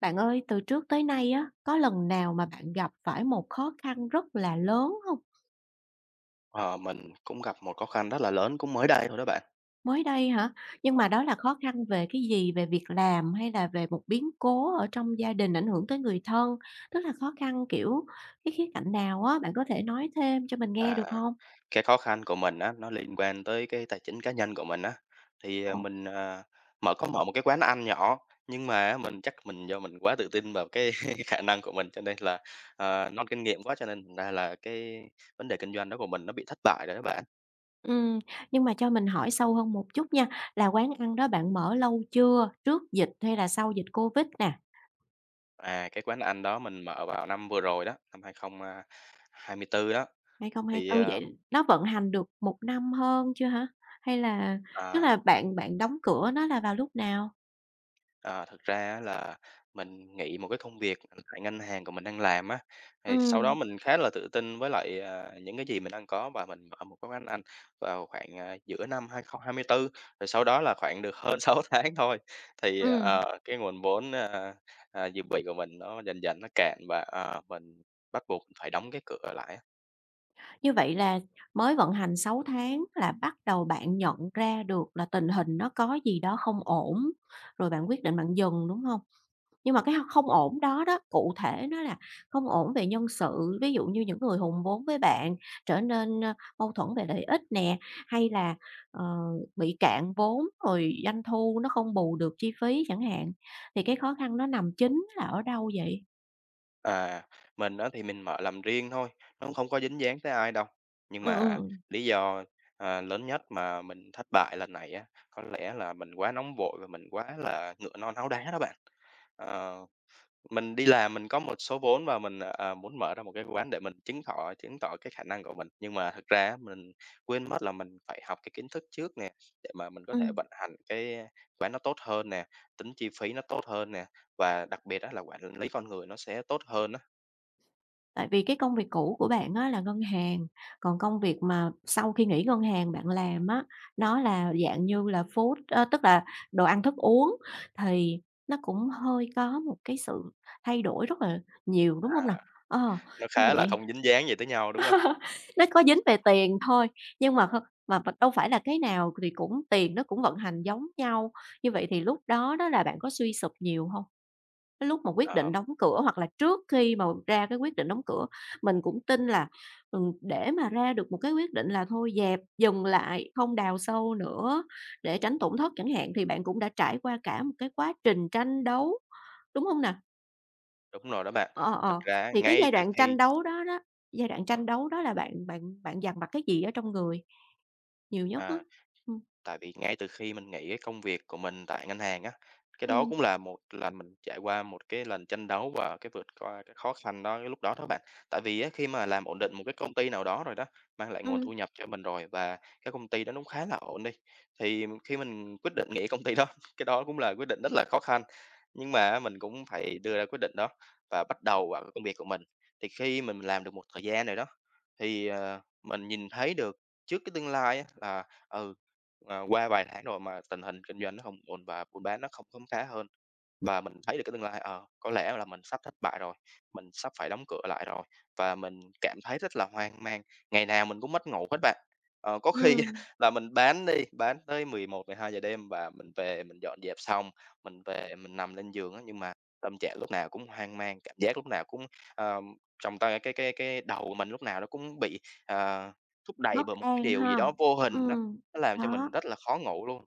Bạn ơi, từ trước tới nay á, có lần nào mà bạn gặp phải một khó khăn rất là lớn không? Ờ, mình cũng gặp một khó khăn rất là lớn, cũng mới đây thôi đó bạn. Mới đây hả? Nhưng mà đó là khó khăn về cái gì? Về việc làm hay là về một biến cố ở trong gia đình ảnh hưởng tới người thân? Tức là khó khăn, kiểu, cái khía cạnh nào á, bạn có thể nói thêm cho mình nghe À, được không? cái khó khăn của mình á, nó liên quan tới cái tài chính cá nhân của mình á. Thì, ờ, Ồ. mình, ờ, mở một cái quán ăn nhỏ, nhưng mà á, mình do mình quá tự tin vào cái khả năng của mình, cho nên là, ờ, non kinh nghiệm quá, cho nên thành ra là cái vấn đề kinh doanh đó của mình nó bị thất bại rồi đó bạn. Ừm, nhưng mà cho mình hỏi sâu hơn một chút nha, là quán ăn đó bạn mở lâu chưa? Trước dịch hay là sau dịch Covid nè? Cái quán ăn đó mình mở vào năm vừa rồi đó, năm 2000, 24 đó, thì, 2024 ờ, vậy nó vận hành được một năm hơn chưa hả? Hay là Tức à là bạn bạn đóng cửa nó là vào lúc nào? Ờ, thực ra á là mình nghỉ một cái công việc tại ngân hàng của mình đang làm á, thì sau đó Ừm, mình khá là tự tin với lại, những cái gì mình đang có và mình mở một cái quán bán ăn vào khoảng, giữa năm 2024, rồi sau đó là khoảng được hơn 6 tháng thôi, ừm, cái nguồn vốn, dự bị của mình nó dần dần cạn và, mình bắt buộc phải đóng cái cửa lại á. Như vậy là mới vận hành 6 tháng là bắt đầu bạn nhận ra được là tình hình nó có gì đó không ổn, rồi bạn quyết định bạn dừng, đúng không? Nhưng mà cái không ổn đó đó, cụ thể nó là không ổn về nhân sự, ví dụ như những người hùng vốn với bạn trở nên, ơ, mâu thuẫn về lợi ích nè, hay là, ờ, bị cạn vốn rồi doanh thu nó không bù được chi phí chẳng hạn. Thì cái khó khăn nó nằm chính là ở đâu vậy? À, mình á thì mình mở làm riêng thôi, nó cũng không có dính dáng tới ai đâu. Nhưng Ừm, ừm, mà ừm. lý do, lớn nhất mà mình thất bại lần này á, có lẽ là mình quá nóng vội và mình quá là ngựa non háu đá đó bạn. Ờ, mình đi làm mình có một số vốn và mình, muốn mở ra một cái quán để mình chứng tỏ cái khả năng của mình, nhưng mà thực ra á mình quên mất là mình phải học cái kiến thức trước nè, để mà mình có thể vận hành cái quán nó tốt hơn nè, tính chi phí nó tốt hơn nè, và đặc biệt á là quản lý con người nó sẽ tốt hơn á. Tại vì cái công việc cũ của bạn á là ngân hàng, còn công việc mà sau khi nghỉ ngân hàng bạn làm á, nó là dạng như là food ơ, tức là đồ ăn thức uống, thì nó cũng hơi có một cái sự thay đổi rất là nhiều, đúng không nào? Ờ, Nó như khá là vậy không dính dáng gì tới nhau, đúng không? nó có dính về tiền thôi, nhưng mà mà đâu phải là cái nào thì cũng tiền nó cũng vận hành giống nhau, như vậy thì lúc đó đó là bạn có suy sụp nhiều không, cái lúc mà quyết Ờ, định đóng cửa hoặc là trước khi mà ra cái quyết định đóng cửa, mình cũng tin là, để mà ra được một cái quyết định là thôi dẹp, dừng lại, không đào sâu nữa để tránh tổn thất chẳng hạn, thì bạn cũng đã trải qua cả một cái quá trình tranh đấu, đúng không nè? đúng rồi đó bạn. Ờ, Thật ờ, ra thì cái ngay từ khi giai đoạn tranh đấu đó là bạn bạn bạn dằn vặt cái gì ở trong người nhiều nhất á? à. Ừm, Tại vì ngay từ khi mình nghỉ cái công việc của mình tại ngân hàng á, cái đó ừm, cũng là một lần mình trải qua một cái lần tranh đấu và cái vượt qua cái khó khăn đó cái lúc đó đó bạn. Tại vì á, khi mà làm ổn định một cái công ty nào đó rồi đó, mang lại nguồn ừm, thu nhập cho mình rồi và cái công ty đó nó cũng khá là ổn đi, thì khi mình quyết định nghỉ công ty đó, cái đó cũng là quyết định rất là khó khăn. Nhưng mà mình cũng phải đưa ra quyết định đó và bắt đầu vào cái công việc của mình. Thì khi mình làm được một thời gian rồi đó, mình nhìn thấy được trước cái tương lai á là, ừ, Ờ, qua vài tháng rồi mà tình hình kinh doanh nó không ổn và buôn bán nó không khấm khá hơn. Và mình thấy được cái tương lai, có lẽ là mình sắp thất bại rồi, mình sắp phải đóng cửa lại rồi, và mình cảm thấy rất là hoang mang, ngày nào mình cũng mất ngủ hết bạn. Ờ, có khi ừm, là bán tới 11:00 giờ đêm và mình về mình dọn dẹp xong, mình về mình nằm lên giường á, nhưng mà tâm trạng lúc nào cũng hoang mang, cảm giác lúc nào cũng, ờ, trong tay cái đầu của mình lúc nào nó cũng bị, ờ, thúc đẩy bất bởi một cái an điều gì ha. đó vô hình đó Ừm, nó làm cho đó. mình rất là khó ngủ luôn.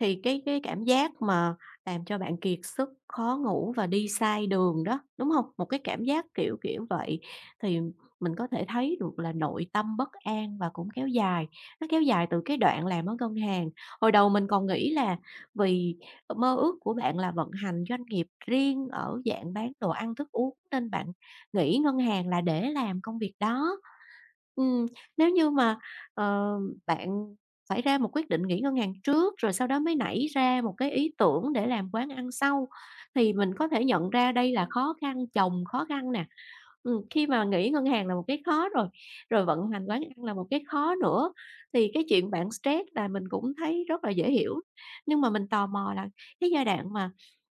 Thì cái cảm giác mà làm cho bạn kiệt sức, khó ngủ và đi sai đường đó, đúng hông? Một cái cảm giác kiểu kiểu vậy, thì mình có thể thấy được là nội tâm bất an và cũng kéo dài, nó kéo dài từ cái đoạn làm ở ngân hàng. Hồi đầu mình còn nghĩ là vì mơ ước của bạn là vận hành doanh nghiệp riêng ở dạng bán đồ ăn thức uống nên bạn nghỉ ngân hàng là để làm công việc đó. Ừm, Nếu như mà, ờ, bạn phải ra một quyết định nghỉ ngân hàng trước, rồi sau đó mới nảy ra một cái ý tưởng để làm quán ăn sau, thì mình có thể nhận ra đây là khó khăn chồng khó khăn nè. Khi mà nghỉ ngân hàng là một cái khó rồi, rồi vận hành quán ăn là một cái khó nữa, thì cái chuyện bạn stress là mình cũng thấy rất là dễ hiểu. Nhưng mà mình tò mò là cái giai đoạn mà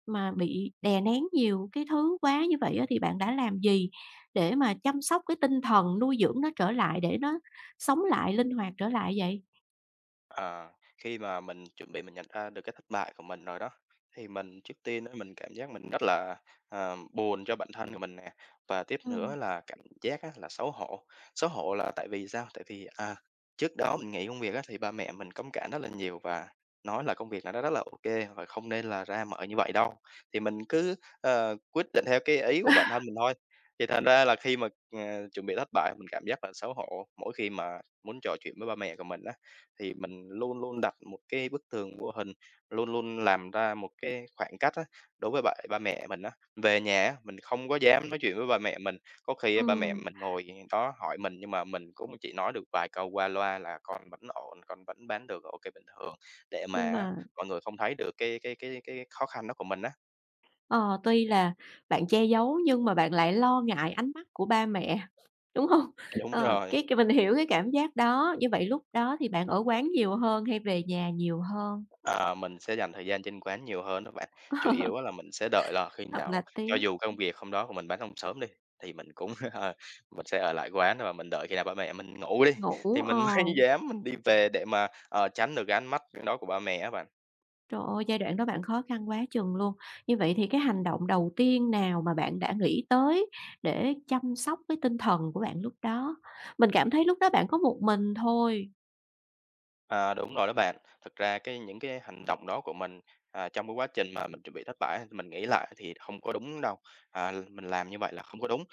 mà bị đè nén nhiều cái thứ quá như vậy á, thì bạn đã làm gì để mà chăm sóc cái tinh thần, nuôi dưỡng nó trở lại để nó sống lại, linh hoạt trở lại vậy? À, khi mà mình chuẩn bị nhận ra được cái thất bại của mình rồi đó, thì mình trước tiên á, mình cảm giác mình rất là, buồn cho bản thân của mình nè, và tiếp Ừ. nữa là cảm giác á, là xấu hổ. Xấu hổ là tại vì sao? Tại vì, trước đó mình nghỉ công việc á, thì ba mẹ mình cấm cản rất là nhiều và nói là công việc này nó rất là ok và không nên là ra mở như vậy đâu. Thì mình cứ quyết định theo cái ý của bản thân mình thôi, thì thành ra là khi mà, chuẩn bị thất bại mình cảm giác là xấu hổ mỗi khi mà muốn trò chuyện với ba mẹ của mình thì mình luôn luôn đặt một cái bức tường vô hình, luôn luôn làm ra một cái khoảng cách á, đối với lại ba mẹ mình á. Về nhà á, mình không có dám nói chuyện với ba mẹ mình, có khi á ba mẹ Ừm, mình ngồi đó hỏi mình nhưng mà mình cũng chỉ nói được vài câu qua loa là "Con vẫn ổn, con vẫn bán được, ô bình thường." Để mà nhưng á mà, mọi người không thấy được cái cái khó khăn đó của mình á. ờ, tuy là bạn che giấu nhưng mà bạn lại lo ngại ánh mắt của ba mẹ, đúng không? Đúng Ờ, rồi. cái mình hiểu cái cảm giác đó, như vậy lúc đó thì bạn ở quán nhiều hơn hay về nhà nhiều hơn? Ờ, mình sẽ dành thời gian trên quán nhiều hơn đó bạn. Chủ yếu á là mình sẽ đợi là khi Thật là nào cho tiếc, dù công việc hôm đó của mình bán không sớm đi, thì mình cũng, ờ, mình sẽ ở lại quán và mình đợi khi nào ba mẹ mình ngủ đi, ngủ, thì mình ờ. mới dám đi về để mà, tránh được cái ánh mắt đó của ba mẹ á bạn. Trời ơi, giai đoạn đó bạn khó khăn quá chừng luôn. Như vậy thì cái hành động đầu tiên nào mà bạn đã nghĩ tới để chăm sóc cái tinh thần của bạn lúc đó? Mình cảm thấy lúc đó bạn có một mình thôi. À, đúng rồi đó bạn. Thực ra cái những cái hành động đó của mình, trong cái quá trình mà mình chuẩn bị thất bại, mình nghĩ lại thì không có đúng đâu, mình làm như vậy là không có đúng.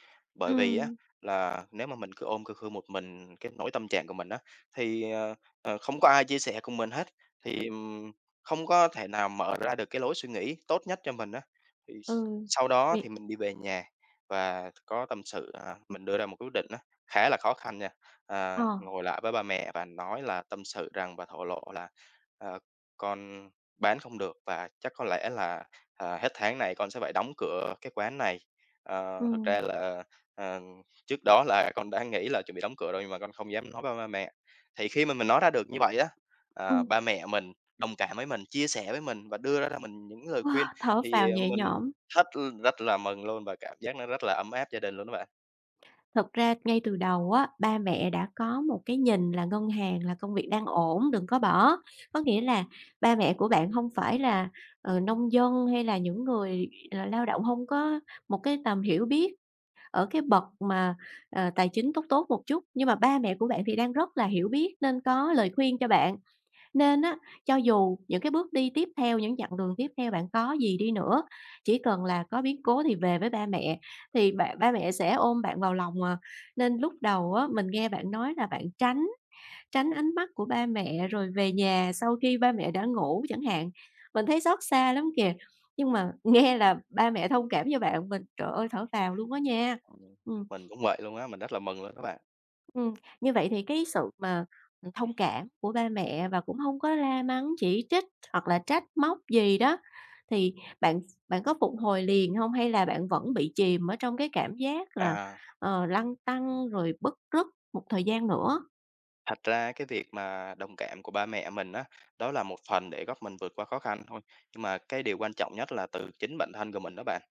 Ừ, Bởi vì á, là nếu mà mình cứ ôm cứ khư một mình cái nỗi tâm trạng của mình á, thì không có ai chia sẻ cùng mình hết, thì không có thể nào mở ra được cái lối suy nghĩ tốt nhất cho mình á. Thì s ừ, Sau thì đó thì mình đi về nhà và có tâm sự, mình đưa ra một quyết định á, khá là khó khăn nha. ờ, Ờ, ngồi lại với ba mẹ và nói là tâm sự rằng và thổ lộ là, ờ, "Con bán không được và chắc có lẽ là, hết tháng này con sẽ phải đóng cửa cái quán này." ừ, Ờ, thực ra là, ờ, trước đó là con đã nghĩ là chuẩn bị đóng cửa rồi nhưng mà con không dám nói với ba mẹ. Thì khi mà mình nói ra được như vậy á, ừ, ba mẹ mình đồng cảm với mình, chia sẻ với mình và đưa ra cho mình những lời khuyên. wow, thở phào thì, ờ, nhẹ mình nhõm. thất rất là mừng luôn và cảm giác nó rất là ấm áp gia đình luôn đó bạn. Thật ra ngay từ đầu á, ba mẹ đã có một cái nhìn là ngân hàng là công việc đang ổn, đừng có bỏ. Có nghĩa là ba mẹ của bạn không phải là, nông dân hay là những người là lao động không có một cái tầm hiểu biết ở cái bậc mà, tài chính tốt tốt một chút, nhưng mà ba mẹ của bạn thì đang rất là hiểu biết nên có lời khuyên cho bạn. Nên á, cho dù những cái bước đi tiếp theo, những chặng đường tiếp theo bạn có gì đi nữa, chỉ cần là có biến cố thì về với ba mẹ, thì ba ba mẹ sẽ ôm bạn vào lòng à. Nên lúc đầu á, mình nghe bạn nói là bạn tránh tránh ánh mắt của ba mẹ rồi về nhà sau khi ba mẹ đã ngủ chẳng hạn, mình thấy xót xa lắm kìa. Nhưng mà nghe là ba mẹ thông cảm cho bạn, mình, trời ơi, thở phào luôn đó nha. Ừm, Ừm. mình cũng vậy luôn á, mình rất là mừng luôn đó bạn. Ừm, như vậy thì cái sự mà, thông cảm của ba mẹ và cũng không có la mắng, chỉ trích hoặc là trách móc gì đó, thì bạn bạn có phục hồi liền không? Hay là bạn vẫn bị chìm ở trong cái cảm giác là, À, lăn tăn rồi bứt rứt một thời gian nữa? thật ra cái việc mà đồng cảm của ba mẹ mình á, đó là một phần để góp mình vượt qua khó khăn thôi. Nhưng mà cái điều quan trọng nhất là từ chính bản thân của mình đó bạn.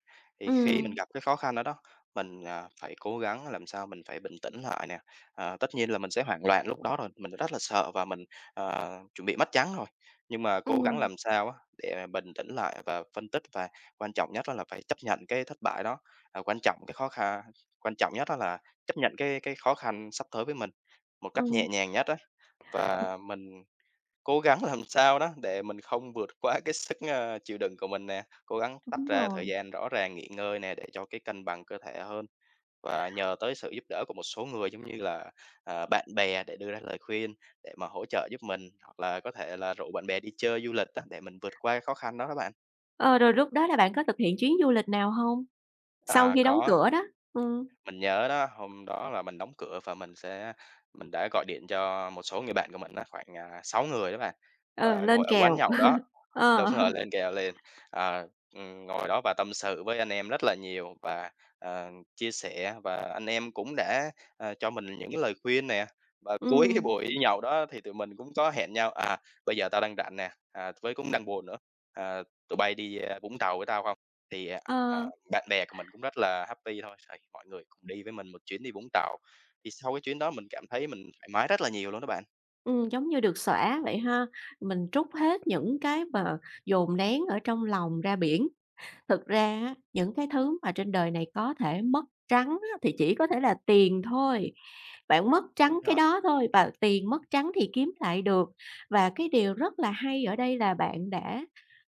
Thì khi mình Ừm, gặp cái khó khăn đó đó, mình phải cố gắng làm sao mình phải bình tĩnh lại nè. À, tất nhiên là mình sẽ hoảng loạn lúc đó rồi, mình rất là sợ và mình chuẩn bị mất trắng rồi. Nhưng mà cố gắng ừm, làm sao á để bình tĩnh lại và phân tích và quan trọng nhất đó là phải chấp nhận cái thất bại đó. À, quan trọng cái khó khăn quan trọng nhất đó là chấp nhận cái khó khăn sắp tới với mình. Một cách ừm, nhẹ nhàng nhất á, đúng và mình cố gắng làm sao đó để mình không vượt quá cái sức, chịu đựng của mình nè, cố gắng tách đúng ra thời rồi. gian rõ ràng nghỉ ngơi nè để cho cái cân bằng cơ thể hơn. Và nhờ tới sự giúp đỡ của một số người giống như là, bạn bè để đưa ra lời khuyên để mà hỗ trợ giúp mình, hoặc là có thể là rủ bạn bè đi chơi du lịch á để mình vượt qua cái khó khăn đó đó bạn. Ờ, rồi lúc đó là bạn có thực hiện chuyến du lịch nào không? Sau À, khi đóng có. cửa đó, ừm, Mình nhớ đó, hôm đó là mình đóng cửa và mình đã gọi điện cho một số người bạn của mình á, khoảng, 6 người đó bạn, ờ, và lên ngồi ở quán kèo. nhậu đó, đâu Ờ, phấn khởi lên kèo lên, ờ, ngồi đó và tâm sự với anh em rất là nhiều và, chia sẻ và anh em cũng đã, cho mình những cái lời khuyên nè. Và cuối cái ừm, buổi nhậu đó thì tụi mình cũng có hẹn nhau, "Bây giờ tao đang rảnh nè, với cũng đang buồn nữa, tụi bay đi, Vũng Tàu với tao không?" Thì, à ờ. Bạn bè của mình cũng rất là happy thôi, thì mọi người cùng đi với mình một chuyến đi Vũng Tàu, thì sau cái chuyến đó mình cảm thấy mình thoải mái rất là nhiều luôn đó bạn. Giống như được xõa vậy ha. Mình trút hết những cái mà dồn nén ở trong lòng ra biển. Thực ra á, những cái thứ mà trên đời này có thể mất trắng á, thì chỉ có thể là tiền thôi. Bạn mất Đúng trắng cái rồi. đó thôi và tiền mất trắng thì kiếm lại được. Và cái điều rất là hay ở đây là bạn đã,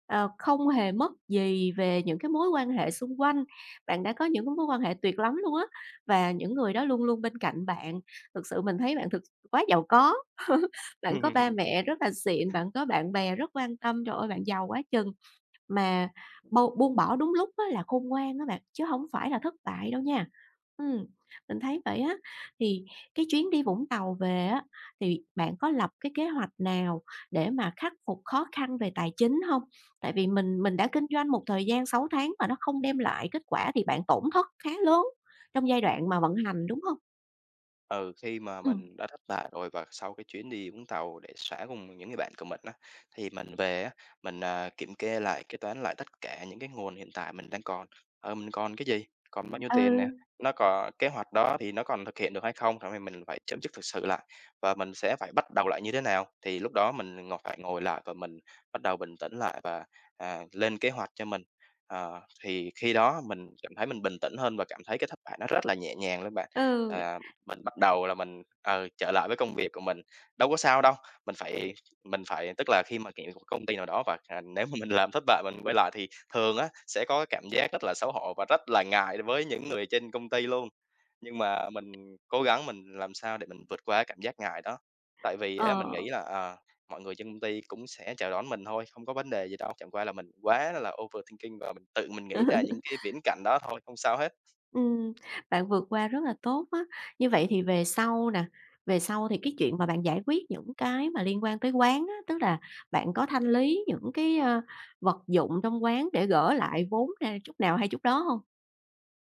không hề mất gì về những cái mối quan hệ xung quanh. Bạn đã có những cái mối quan hệ tuyệt lắm luôn á, và những người đó luôn luôn bên cạnh bạn. Thực sự mình thấy bạn thực quá giàu có. Bạn có ba mẹ rất là xịn, bạn có bạn bè rất quan tâm, trời ơi, bạn giàu quá chừng! Mà bâu buông bỏ đúng lúc á là khôn ngoan đó bạn, chứ không phải là thất bại đâu nha. Ừm, mình thấy vậy á, thì cái chuyến đi Vũng Tàu về á, thì bạn có lập cái kế hoạch nào để mà khắc phục khó khăn về tài chính không? Tại vì mình đã kinh doanh một thời gian 6 tháng mà nó không đem lại kết quả thì bạn tổn thất khá lớn trong giai đoạn mà vận hành, đúng không? Ừ, khi mà mình đã thất bại rồi và sau cái chuyến đi Vũng Tàu để xóa cùng những người bạn của mình á, thì mình về á, mình kiểm kê lại, kế toán lại tất cả những cái nguồn hiện tại mình đang còn. Ờ, mình còn cái gì? Còn bao nhiêu tiền nè? Ừ, Nó còn kế hoạch đó thì nó còn thực hiện được hay không? Thì mình phải chấm dứt thực sự lại và mình sẽ phải bắt đầu lại như thế nào? Thì lúc đó mình ngồi phải ngồi lại và mình bắt đầu bình tĩnh lại và, lên kế hoạch cho mình. Ờ, thì khi đó mình cảm thấy mình bình tĩnh hơn và cảm thấy cái thất bại nó rất là nhẹ nhàng luôn bạn. ừ. À, mình bắt đầu là mình trở lại với công việc của mình, đâu có sao đâu, mình phải mình phải tức là khi mà, kiện một công ty nào đó và, nếu mà mình làm thất bại mình quay lại thì thường á sẽ có cái cảm giác rất là xấu hổ và rất là ngại với những người trên công ty luôn. Nhưng mà mình cố gắng mình làm sao để mình vượt qua cái cảm giác ngại đó, tại vì Ừ, á mình ờ. nghĩ là, mọi người trên công ty cũng sẽ chào đón mình thôi, không có vấn đề gì đâu, chẳng qua là mình quá là overthinking và mình tự mình nghĩ ra những cái viễn cảnh đó thôi, không sao hết. Ừm, bạn vượt qua rất là tốt á. Như vậy thì về sau nè, về sau thì cái chuyện mà bạn giải quyết những cái mà liên quan tới quán á, tức là bạn có thanh lý những cái, ơ, vật dụng trong quán để gỡ lại vốn ra chút nào hay chút đó không?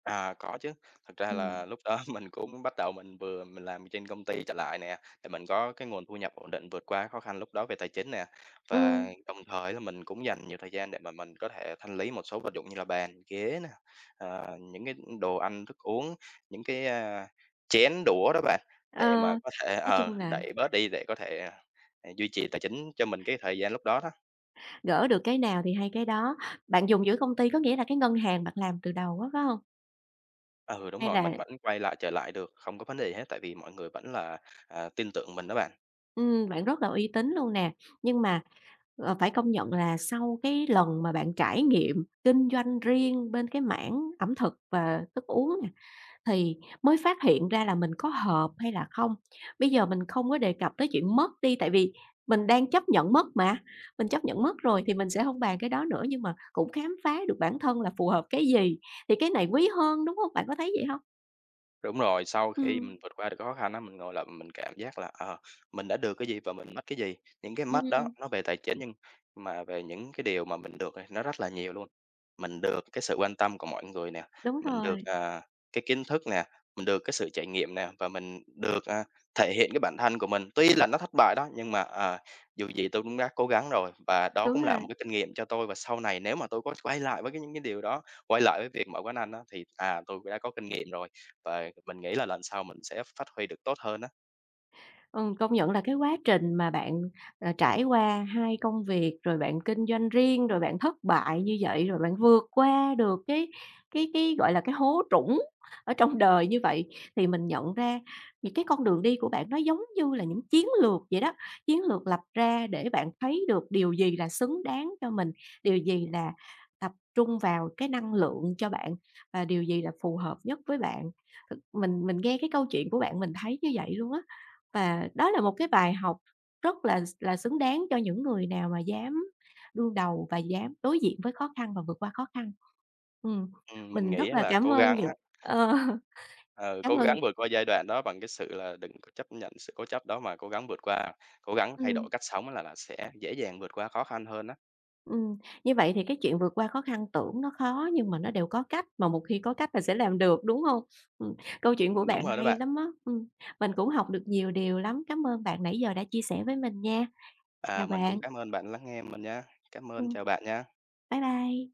À, có chứ. Thật ra Ừ, là lúc đó mình cũng bắt đầu mình vừa mình làm trên công ty trở lại nè, để mình có cái nguồn thu nhập ổn định vượt qua khó khăn lúc đó về tài chính nè. Và ừm, đồng thời là mình cũng dành nhiều thời gian để mà mình có thể thanh lý một số vật dụng như là bàn, ghế nè, những cái đồ ăn, thức uống, những cái chén đũa đó bạn, ờ, để mà có thể, nói chung là đẩy bớt đi để có thể, duy trì tài chính cho mình cái thời gian lúc đó đó. gỡ được cái nào thì hay cái đó. Bạn dùng giữa công ty có nghĩa là cái ngân hàng bạn làm từ đầu á, phải không? Ừ, đúng Hay rồi, mình là. vẫn quay lại trở lại được, không có vấn đề gì hết, tại vì mọi người vẫn là, tin tưởng mình đó bạn. Bạn rất là uy tín luôn nè, nhưng mà, phải công nhận là sau cái lần mà bạn trải nghiệm kinh doanh riêng bên cái mảng ẩm thực và thức uống nè, thì mới phát hiện ra là mình có hợp hay là không. Bây giờ mình không có đề cập tới chuyện mất đi, tại vì mình đang chấp nhận mất mà, mình chấp nhận mất rồi thì mình sẽ không bàn cái đó nữa, nhưng mà cũng khám phá được bản thân là phù hợp cái gì, thì cái này quý hơn, đúng không? Bạn có thấy vậy không? Đúng rồi, sau khi Ừm, mình vượt qua được khó khăn á, ngồi lại mình cảm giác là, mình đã được cái gì và mình mất cái gì. Những cái mất đó ừm, nó về tài chính, nhưng mà về những cái điều mà mình được thì nó rất là nhiều luôn. Mình được cái sự quan tâm của mọi người nè, đúng mình được, rồi, cái kiến thức nè, mình được cái sự trải nghiệm nè, và mình được, thể hiện cái bản thân của mình. Tuy là nó thất bại đó, nhưng mà, dù gì tôi cũng đã cố gắng rồi, và đó đúng cũng là rồi. một cái kinh nghiệm cho tôi. Và sau này nếu mà tôi có quay lại với cái những cái điều đó, quay lại với việc mở quán ăn đó thì, tôi đã có kinh nghiệm rồi. Và mình nghĩ là lần sau mình sẽ phát huy được tốt hơn á. Công nhận là cái quá trình mà bạn, trải qua 2 công việc, rồi bạn kinh doanh riêng, rồi bạn thất bại như vậy, rồi bạn vượt qua được cái, gọi là, cái hố trũng ở trong đời như vậy, thì mình nhận ra những cái con đường đi của bạn nó giống như là những chiến lược vậy đó, chiến lược lập ra để bạn thấy được điều gì là xứng đáng cho mình, điều gì là tập trung vào cái năng lượng cho bạn và điều gì là phù hợp nhất với bạn. Thực mình nghe cái câu chuyện của bạn mình thấy như vậy luôn á. Và đó là một cái bài học rất là xứng đáng cho những người nào mà dám đương đầu và dám đối diện với khó khăn và vượt qua khó khăn. Ừm, Mình mình nghĩ rất là là cảm cố ơn gắng những á, ờ, Ờ. ừ, cảm cố ơn gắng vượt qua giai đoạn đó bằng cái sự là đừng có chấp nhận sự cố chấp đó mà cố gắng vượt qua, cố gắng thay ừm, đổi cách sống là sẽ dễ dàng vượt qua khó khăn hơn á. ừm, như vậy thì cái chuyện vượt qua khó khăn tưởng nó khó nhưng mà nó đều có cách, mà một khi có cách là sẽ làm được, đúng không? Ừm, câu chuyện của Đúng bạn rồi đó hay bạn. lắm á, mình cũng học được nhiều điều lắm. Cảm ơn bạn nãy giờ đã chia sẻ với mình nha. À, Chào mình cũng bạn, cảm ơn bạn lắng nghe mình nha. Cảm ơn, ừm, chào bạn nha. bye bye.